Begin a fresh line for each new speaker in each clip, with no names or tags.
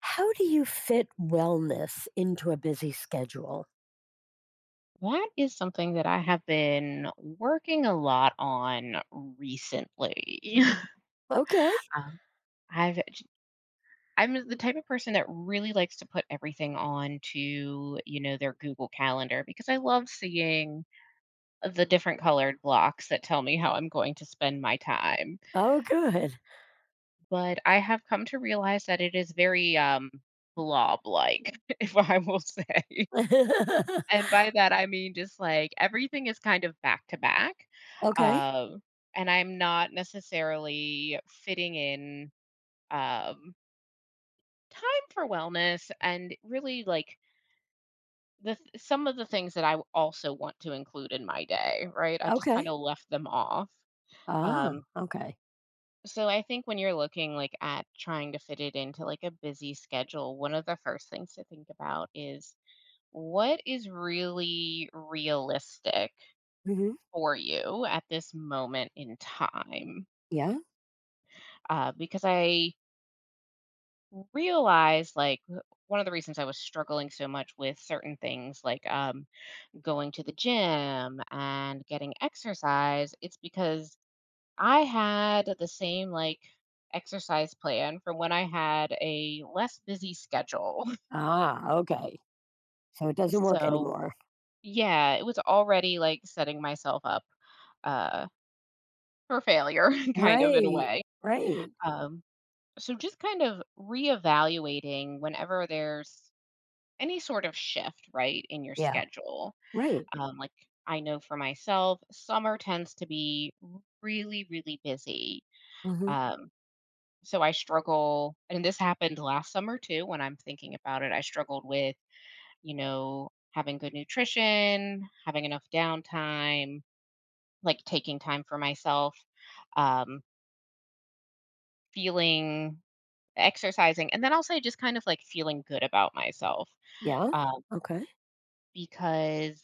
How do you fit wellness into a busy schedule?
That is something that I have been working a lot on recently.
Okay.
um, I've j- I'm the type of person that really likes to put everything on to, you know, their Google Calendar because I love seeing the different colored blocks that tell me how I'm going to spend my time.
Oh, good.
But I have come to realize that it is very blob like, if I will say. And by that, I mean just, like, everything is kind of back to back.
Okay.
um, and I'm not necessarily fitting in, um, time for wellness and really, like, the th some of the things that I also want to include in my day, right? I just
Okay.
kinda left them off.
Ah,
um,
okay.
so I think when you're looking, like, at trying to fit it into, like, a busy schedule, one of the first things to think about is what is really realistic
Hmm.
for you at this moment in time?
Yeah.
Because I realized, like, one of the reasons I was struggling so much with certain things, like going to the gym and getting exercise, it's because I had the same, like, exercise plan from when I had a less busy schedule.
Ah, okay. So it doesn't work
So,
anymore.
yeah, it was already like setting myself up uh, for failure, kind of in a
Right.
way.
Right.
Um, so just kind of reevaluating whenever there's any sort of shift, right, in your
Yeah.
schedule.
Right.
Like, I know for myself summer tends to be really busy.
Hmm.
um, so I struggle, and this happened last summer too, when I'm thinking about it. I struggled with, you know, having good nutrition, having enough downtime, like taking time for myself, um, feeling, exercising, and then also just kind of like feeling good about myself,
Yeah.
um,
Okay.
because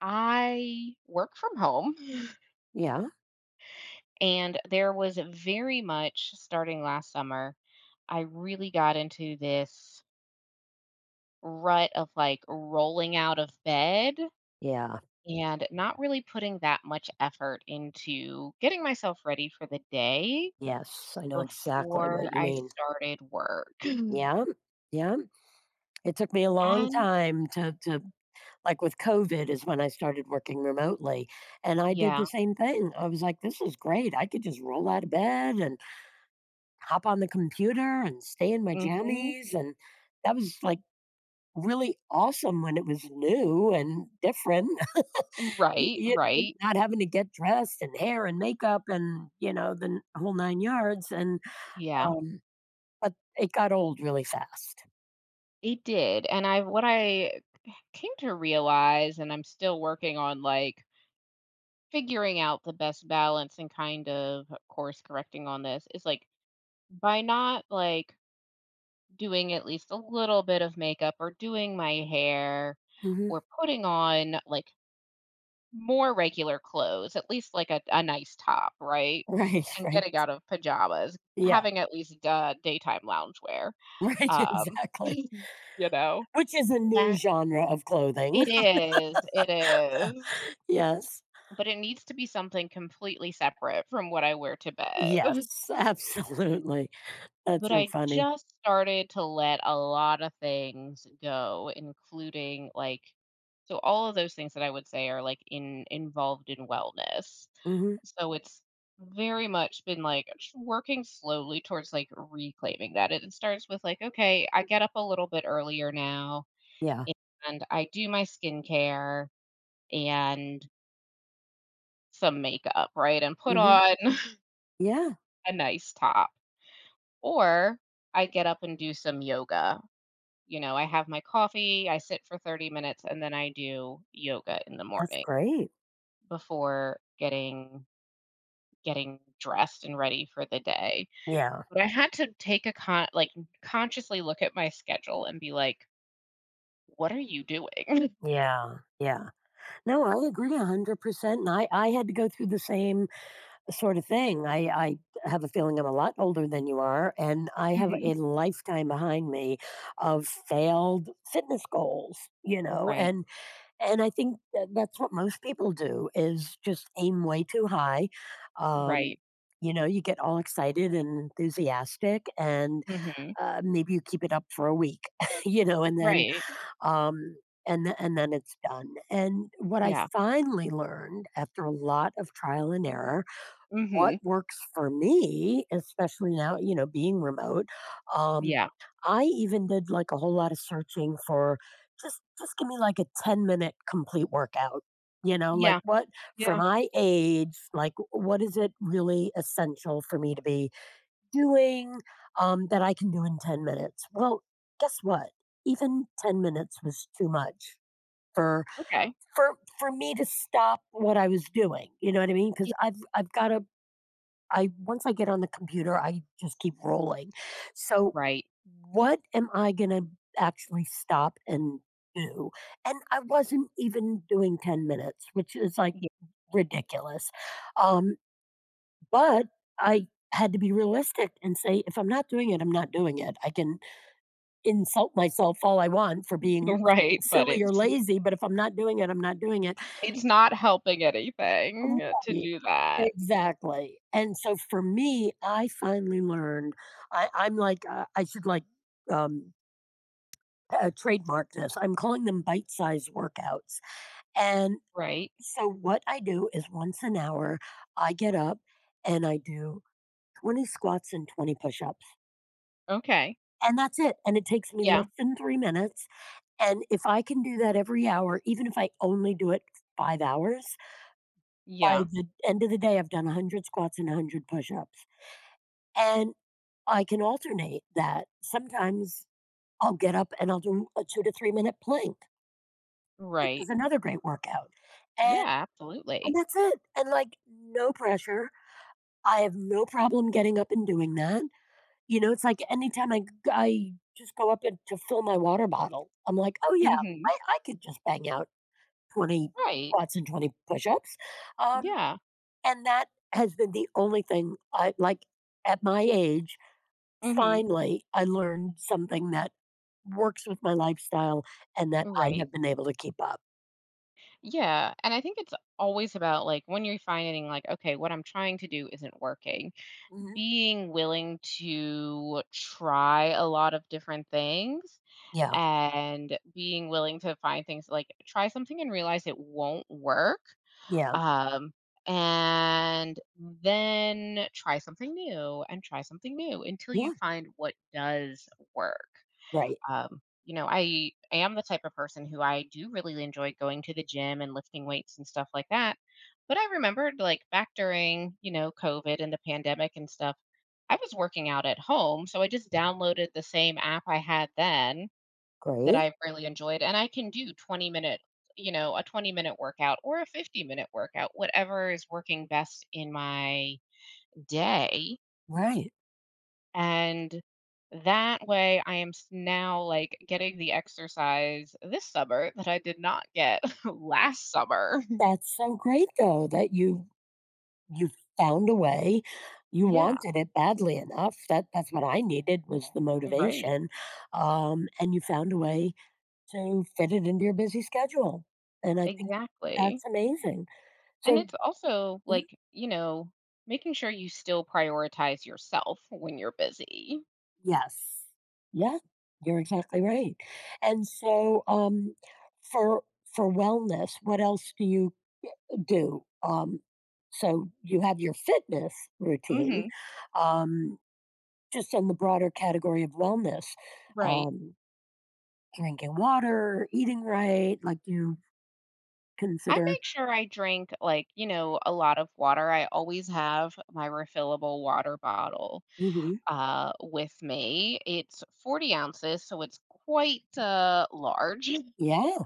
I work from home,
Yeah.
and there was very much starting last summer. I really got into this rut of like rolling out of bed
Yeah.
and not really putting that much effort into getting myself ready for the day
Yes. I know exactly what
before
you
I
mean.
started work.
Yeah. Yeah. It took me a long
And
time to Like with COVID is when I started working remotely, and I did the
yeah.
same thing. I was like, "This is great. I could just roll out of bed and hop on the computer and stay in my
Hmm.
jammies." And that was like really awesome when it was new and different. Y-
Right,
y-
right.
Not having to get dressed and hair and makeup and, the whole nine yards.
Yeah,
Um, but it got old really fast.
it did. And what I came to realize, and I'm still working on like figuring out the best balance and kind of course correcting on this, is like by not like doing at least a little bit of makeup or doing my hair
Hmm.
or putting on like more regular clothes, at least like a nice top, right?
Right,
And
right.
getting out of pajamas,
Yeah,
having at least daytime loungewear.
right,
Um.
exactly.
Know,
Which is a new
that
genre of clothing.
it is. It is.
Yes.
But it needs to be something completely separate from what I wear to bed.
Yes, absolutely. That's
But
so
I
funny.
just started to let a lot of things go, including like so all of those things that I would say are like in involved in wellness.
Mhm.
So it's very much been like just working slowly towards like reclaiming that. It starts with like, okay, I get up a little bit earlier now
Yeah.
and I do my skincare and some makeup, right? And put
Mhm.
on
Yeah,
a nice top. Or I get up and do some yoga. You know, I have my coffee, I sit for 30 minutes, and then I do yoga in the
that's
morning
great.
before getting dressed and ready for the day.
Yeah.
But I had to take a con like consciously look at my schedule and be like, what are you doing?
Yeah. Yeah. No, I agree 100%, and I had to go through the same sort of thing. I have a feeling I'm a lot older than you are, and I have
Mhm.
a lifetime behind me of failed fitness goals, you know,
Right.
and And I think that that's what most people do is just aim way too high. Um,
Right.
you get all excited and enthusiastic, and
Mhm.
maybe you keep it up for a week, and then
Right.
um, and then it's done. And what I
Yeah.
finally learned after a lot of trial and error, what
Mhm.
works for me, especially now, being remote. Um,
Yeah.
I even did like a whole lot of searching for just give me like a 10-minute complete workout. Like
Yeah.
what for
Yeah.
my age, like what is it really essential for me to be doing that I can do in 10 minutes? Well, guess what? Even 10 minutes was too much for
Okay.
for me to stop what I was doing. You know what I mean?
Yeah.
Because I've got to. I, once I get on the computer, I just keep rolling. So,
Right.
what am I going to actually stop and do? And I wasn't even doing 10 minutes, which is like
Yeah.
ridiculous. Um, but I had to be realistic and say, if I'm not doing it, I'm not doing it. I can insult myself all I want for being
Right. But
silly or lazy, but if I'm not doing it, I'm not doing it.
it's not helping anything to
Right,
do that,
exactly, and so for me, I finally learned. I'm like, I should, like, um, trademark this. I'm calling them bite size workouts, and
right?
so what I do is once an hour, I get up and I do 20 squats and 20 push-ups,
Okay.
and that's it, and it takes me less
Yeah,
than 3 minutes, and if I can do that every hour, even if I only do it 5 hours, by
yeah,
the end of the day, I've done 100 squats and 100 push-ups, and I can alternate that. Sometimes I'll get up and I'll do a 2 to 3 minute plank, which is
right.
another great workout,
Yeah,
and and
absolutely.
that's it, and, like, no pressure. I have no problem getting up and doing that, it's like anytime I just go up and to fill my water bottle, I'm like, "Oh, yeah,
Mhm,
I could just bang out 20
right.
squats and 20 push-ups." um,
Yeah,
and that has been the only thing I like, at my age.
mhm,
Finally, I learned something that works with my lifestyle and that I
right.
have been able to keep up.
Yeah, and I think it's always about, like, when you're finding, like, "Okay, what I'm trying to do isn't working,"
Mhm.
being willing to try a lot of different things,
Yeah,
and being willing to find things like, try something and realize it won't work.
yeah,
Um, and then try something new and try something new until you
yeah,
find what does work.
right,
You know, I am the type of person who I do really enjoy going to the gym and lifting weights and stuff like that. But I remembered like back during, you know, COVID and the pandemic and stuff, I was working out at home. So I just downloaded the same app I had then that
great,
I've really enjoyed, and I can do 20-minute, you know, a 20-minute workout or a 50-minute workout, whatever is working best in my day,
right.
and that way, I am s now, like, getting the exercise this summer that I did not get last summer.
That's so great though that you found a way. You
Yeah,
wanted it badly enough. That's what I needed was the
right,
motivation, and you found a way to fit it into your busy schedule, and I think
exactly,
that's amazing.
and
So.
it's also, like, you know, making sure you still prioritize yourself when you're busy.
Yes. Yeah, you're exactly right. And so, for for wellness, what else do you do? So you have your fitness routine,
Mhm,
um, just in the broader category of wellness,
right.
um, drinking water, eating right. Like you
I
consider.
make sure I drink, like, you know, a lot of water. I always have my refillable water bottle
Hmm,
with me. It's 40 ounces, so it's quite large.
yeah,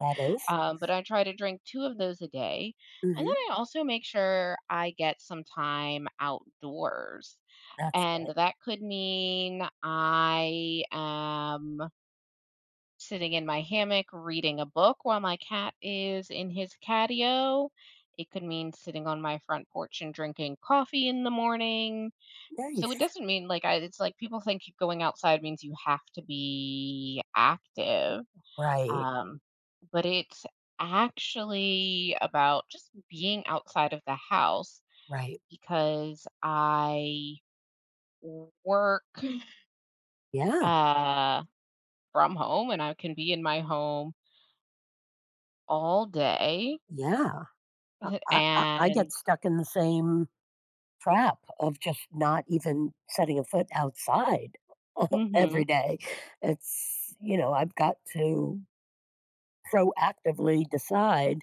that is.
But I try to drink two of those a day. And then
Mm-hmm,
I also make sure I get some time outdoors.
that's
And
good.
that could mean I am sitting in my hammock reading a book while my cat is in his catio. It could mean sitting on my front porch and drinking coffee in the morning.
Nice,
So it doesn't mean like it's like people think going outside means you have to be active.
right,
Um, but it's actually about just being outside of the house
right,
because I work
yeah,
uh, from home and I can be in my home all day.
yeah. I get
And
stuck in the same trap of just not even setting a foot outside every
mhm.
day. I've got to proactively decide,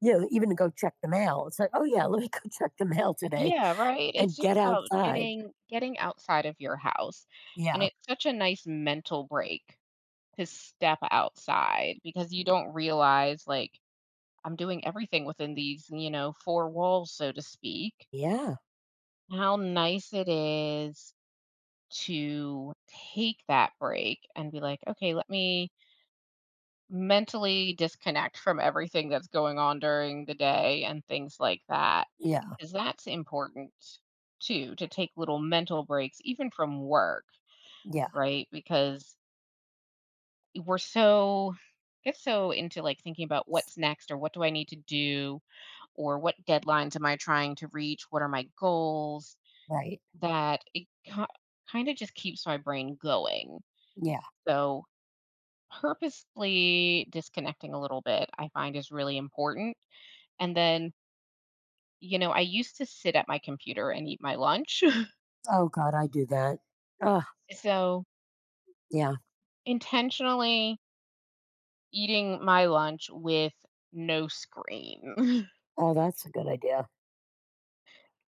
even to go check the mail. It's like, oh, yeah, let me go check the mail today
Yeah, right? It's
and
just
get
about
outside.
getting outside of your house, and
Yeah.
it's such a nice mental break to step outside because you don't realize, like, "I'm doing everything within these, you know, 4 walls, so to speak."
Yeah.
How nice it is to take that break and be like, "Okay, let me mentally disconnect from everything that's going on during the day and things like that,
Yeah.
'cause that's important too, to take little mental breaks even from work,
Yeah.
right? Because we're so get so into, like, thinking about what's next or what do I need to do or what deadlines am I trying to reach, what are my goals,
Right.
that it kinda just keeps my brain going."
Yeah.
So, purposely disconnecting a little bit, I find is really important. And then, you know, I used to sit at my computer and eat my lunch.
Oh, God, I do that. Oh,
So
yeah.
intentionally eating my lunch with no screen
Oh, that's a good idea.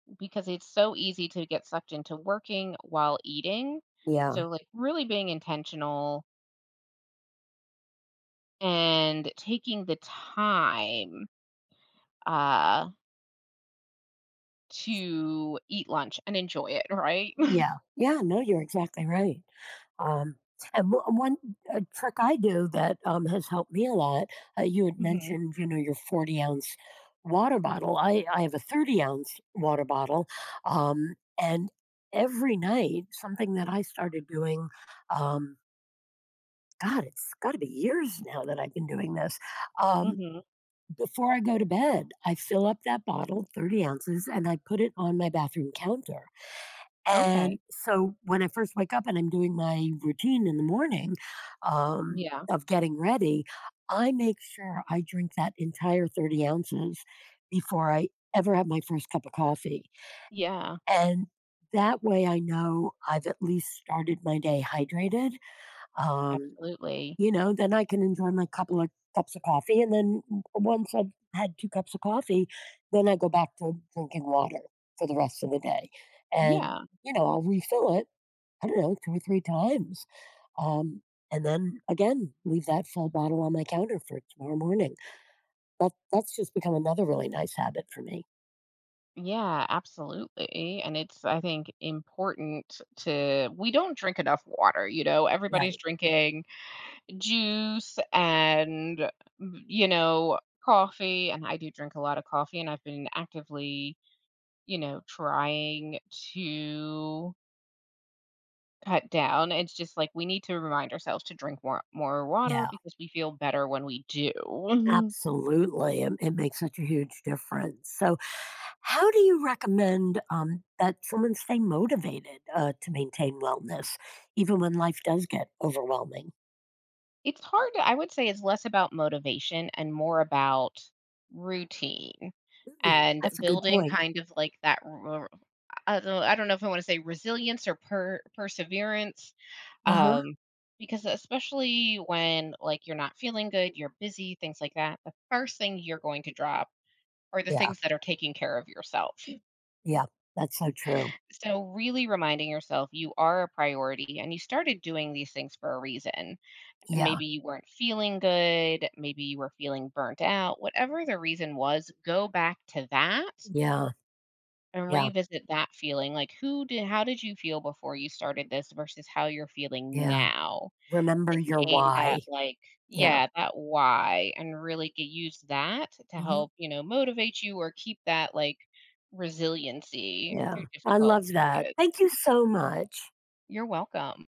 because it's so easy to get sucked into working while eating.
Yeah.
So, like, really being intentional and taking the time uh, to eat lunch and enjoy it, right?
Yeah. Yeah. No, you're exactly right. Um, and one trick I do that has helped me a lot, you had
Hmm.
mentioned, your 40-ounce water bottle. I have a 30-ounce water bottle. Um, and every night, something that I started doing, um, God, it's got to be years now that I've been doing this. Um,
Hmm.
Before I go to bed, I fill up that bottle, 30 ounces, and I put it on my bathroom counter. And
Okay.
so when I first wake up and I'm doing my routine in the morning,
Yeah.
of getting ready, I make sure I drink that entire 30 ounces before I ever have my first cup of coffee.
Yeah.
And that way I know I've at least started my day hydrated. Um,
Absolutely.
then I can enjoy my couple of cups of coffee, and then w once I've had 2 cups of coffee, then I go back to drinking water for the rest of the day, and,
Yeah.
I'll refill it, I don't know, 2 or 3 times, um, and then, again, leave that full bottle on my counter for tomorrow morning. That's just become another really nice habit for me.
Yeah, absolutely. And it's, I think, important to, we don't drink enough water. You know, everybody's
Right,
drinking juice and, mm, you know, coffee. And I do drink a lot of coffee, and I've been actively, you know, trying to cut down. It's just like we need to remind ourselves to drink more water
yeah.
because we feel better when we do.
Absolutely, it makes such a huge difference. So, how do you recommend, that someone stay motivated, to maintain wellness even when life does get overwhelming?
It's hard to, I would say it's less about motivation and more about routine,
Mm,
and
that's a good
building
point.
kind of like that r I don't, know if I wanna say resilience or perseverance,
Uh-huh.
um, because especially when, like, you're not feeling good, you're busy, things like that, the first thing you're going to drop are the
Yeah,
things that are taking care of yourself.
yeah, that's so true.
So really reminding yourself you are a priority and you started doing these things for a reason.
Yeah,
Maybe you weren't feeling good, maybe you were feeling burnt out, whatever the reason was, go back to that
yeah,
and
yeah,
revisit that feeling. Like, how did you feel before you started this versus how you're feeling
yeah.
now?
Remember
And
your
gain
why.
that, like,
Yeah,
yeah, that why, and really use that to
mhm,
help, you know, motivate you or keep that, like, resiliency through
yeah. I
difficult
love that. Thank
periods.
you so much.
You're welcome.